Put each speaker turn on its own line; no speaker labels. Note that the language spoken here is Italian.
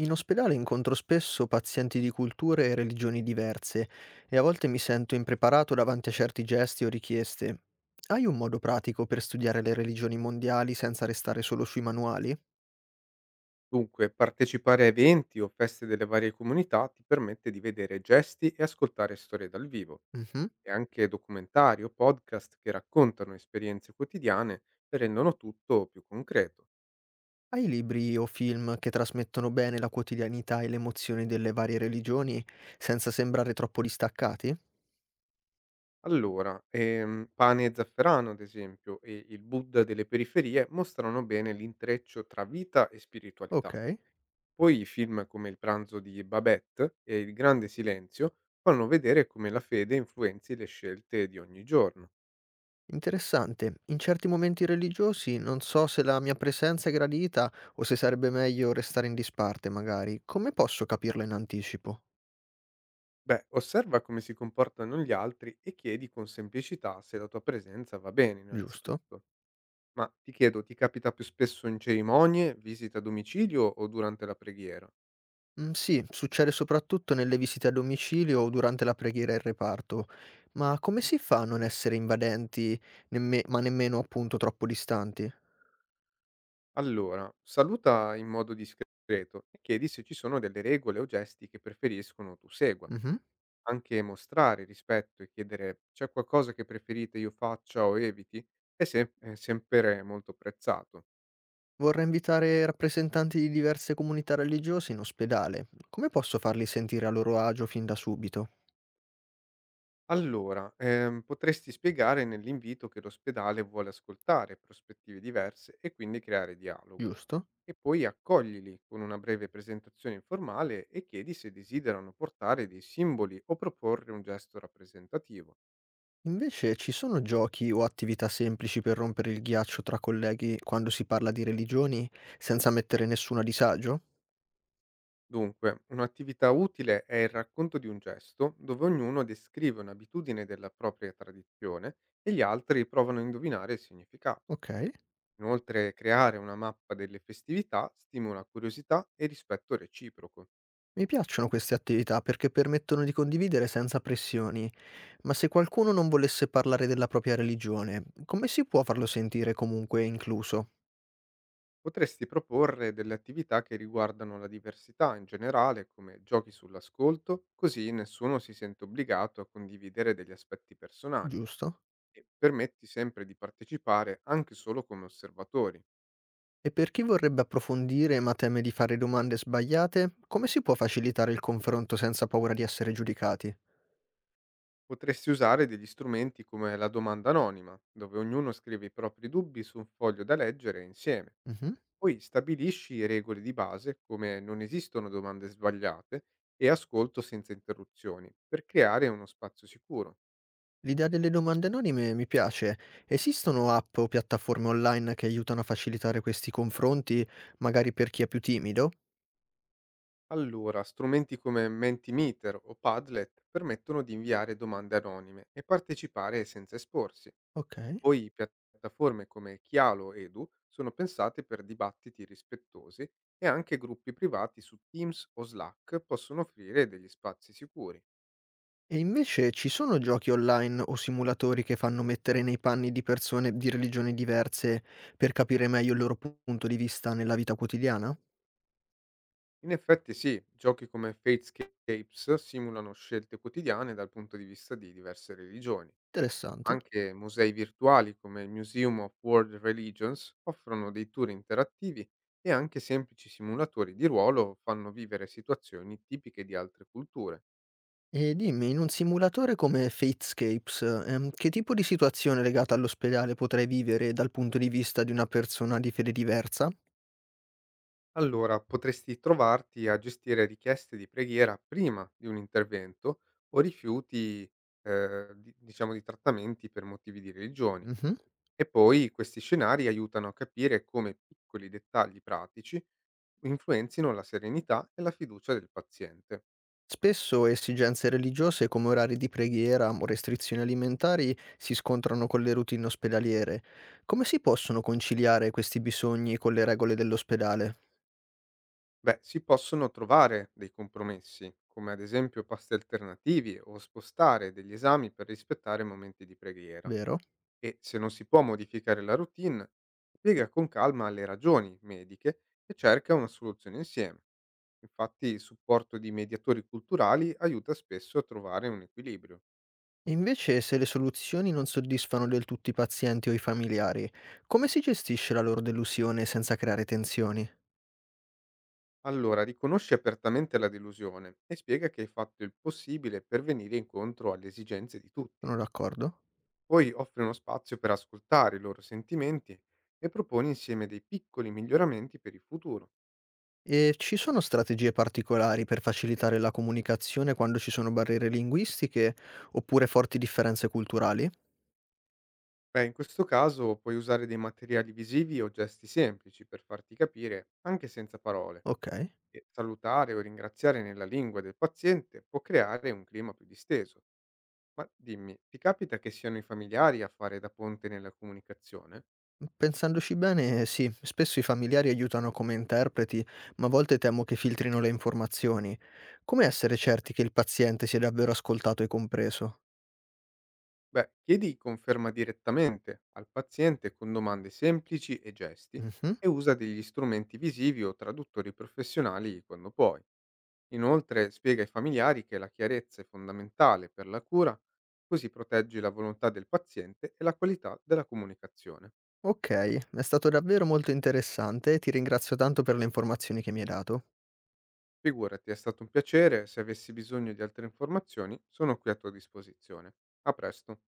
In ospedale incontro spesso pazienti di culture e religioni diverse e a volte mi sento impreparato davanti a certi gesti o richieste. Hai un modo pratico per studiare le religioni mondiali senza restare solo sui manuali?
Dunque, partecipare a eventi o feste delle varie comunità ti permette di vedere gesti e ascoltare storie dal vivo,
Mhm.
e anche documentari o podcast che raccontano esperienze quotidiane e rendono tutto più concreto.
Hai libri o film che trasmettono bene la quotidianità e le emozioni delle varie religioni senza sembrare troppo distaccati?
Allora, Pane e Zafferano, ad esempio, e il Buddha delle periferie mostrano bene l'intreccio tra vita e spiritualità.
Ok.
Poi i film come Il pranzo di Babette e Il grande silenzio fanno vedere come la fede influenzi le scelte di ogni giorno.
Interessante. In certi momenti religiosi non so se la mia presenza è gradita o se sarebbe meglio restare in disparte, magari. Come posso capirlo in anticipo?
Beh, osserva come si comportano gli altri e chiedi con semplicità se la tua presenza va bene,
Giusto?
innanzitutto. Ma ti chiedo, ti capita più spesso in cerimonie, visite a domicilio o durante la preghiera?
Mm, sì, succede soprattutto nelle visite a domicilio o durante la preghiera in reparto. Ma come si fa a non essere invadenti, ma nemmeno appunto troppo distanti?
Allora, saluta in modo discreto e chiedi se ci sono delle regole o gesti che preferiscono tu segua.
Mhm.
Anche mostrare rispetto e chiedere c'è qualcosa che preferite io faccia o eviti è, è sempre molto apprezzato.
Vorrei invitare rappresentanti di diverse comunità religiose in ospedale. Come posso farli sentire a loro agio fin da subito?
Allora, potresti spiegare nell'invito che l'ospedale vuole ascoltare prospettive diverse e quindi creare dialogo.
Giusto?
E poi accoglili con una breve presentazione informale e chiedi se desiderano portare dei simboli o proporre un gesto rappresentativo.
Invece ci sono giochi o attività semplici per rompere il ghiaccio tra colleghi quando si parla di religioni senza mettere nessuno a disagio?
Dunque, un'attività utile è il racconto di un gesto dove ognuno descrive un'abitudine della propria tradizione e gli altri provano a indovinare il significato.
Ok,
Inoltre, creare una mappa delle festività stimola curiosità e rispetto reciproco.
mi piacciono queste attività perché permettono di condividere senza pressioni, ma se qualcuno non volesse parlare della propria religione, come si può farlo sentire comunque incluso?
Potresti proporre delle attività che riguardano la diversità in generale, come giochi sull'ascolto, così nessuno si sente obbligato a condividere degli aspetti personali
Giusto?
e permetti sempre di partecipare anche solo come osservatori.
E per chi vorrebbe approfondire ma teme di fare domande sbagliate, come si può facilitare il confronto senza paura di essere giudicati?
Potresti usare degli strumenti come la domanda anonima, dove ognuno scrive i propri dubbi su un foglio da leggere insieme.
Mhm.
Poi stabilisci regole di base come non esistono domande sbagliate e ascolto senza interruzioni per creare uno spazio sicuro.
L'idea delle domande anonime mi piace. Esistono app o piattaforme online che aiutano a facilitare questi confronti, magari per chi è più timido?
Allora, strumenti come Mentimeter o Padlet permettono di inviare domande anonime e partecipare senza esporsi.
Ok.
Poi piattaforme come Chialo Edu sono pensate per dibattiti rispettosi e anche gruppi privati su Teams o Slack possono offrire degli spazi sicuri.
E invece ci sono giochi online o simulatori che fanno mettere nei panni di persone di religioni diverse per capire meglio il loro punto di vista nella vita quotidiana?
In effetti sì, giochi come Fatescapes simulano scelte quotidiane dal punto di vista di diverse religioni.
Interessante.
Anche musei virtuali come il Museum of World Religions offrono dei tour interattivi e anche semplici simulatori di ruolo fanno vivere situazioni tipiche di altre culture.
E dimmi, in un simulatore come Fatescapes, che tipo di situazione legata all'ospedale potrei vivere dal punto di vista di una persona di fede diversa?
Allora potresti trovarti a gestire richieste di preghiera prima di un intervento o rifiuti, diciamo, di trattamenti per motivi di religione.
Mhm.
E poi questi scenari aiutano a capire come piccoli dettagli pratici influenzino la serenità e la fiducia del paziente.
Spesso esigenze religiose come orari di preghiera o restrizioni alimentari si scontrano con le routine ospedaliere. Come si possono conciliare questi bisogni con le regole dell'ospedale,
Beh, si possono trovare dei compromessi, come ad esempio pasti alternativi o spostare degli esami per rispettare momenti di preghiera.
vero?
E se non si può modificare la routine, spiega con calma le ragioni mediche e cerca una soluzione insieme. Infatti il supporto di mediatori culturali aiuta spesso a trovare un equilibrio.
E invece, se le soluzioni non soddisfano del tutto i pazienti o i familiari, come si gestisce la loro delusione senza creare tensioni?
Allora, riconosci apertamente la delusione e spiega che hai fatto il possibile per venire incontro alle esigenze di tutti.
Sono d'accordo.
Poi offri uno spazio per ascoltare i loro sentimenti e proponi insieme dei piccoli miglioramenti per il futuro.
E ci sono strategie particolari per facilitare la comunicazione quando ci sono barriere linguistiche oppure forti differenze culturali?
Beh, in questo caso puoi usare dei materiali visivi o gesti semplici per farti capire anche senza parole.
Ok.
E salutare o ringraziare nella lingua del paziente può creare un clima più disteso. Ma dimmi, ti capita che siano i familiari a fare da ponte nella comunicazione?
Pensandoci bene, sì, spesso i familiari aiutano come interpreti, ma a volte temo che filtrino le informazioni. Come essere certi che il paziente sia davvero ascoltato e compreso?
Beh, chiedi conferma direttamente al paziente con domande semplici e gesti
Mhm.
e usa degli strumenti visivi o traduttori professionali quando puoi. Inoltre spiega ai familiari che la chiarezza è fondamentale per la cura, così proteggi la volontà del paziente e la qualità della comunicazione.
Ok, è stato davvero molto interessante e ti ringrazio tanto per le informazioni che mi hai dato.
Figurati, è stato un piacere, se avessi bisogno di altre informazioni sono qui a tua disposizione. A presto.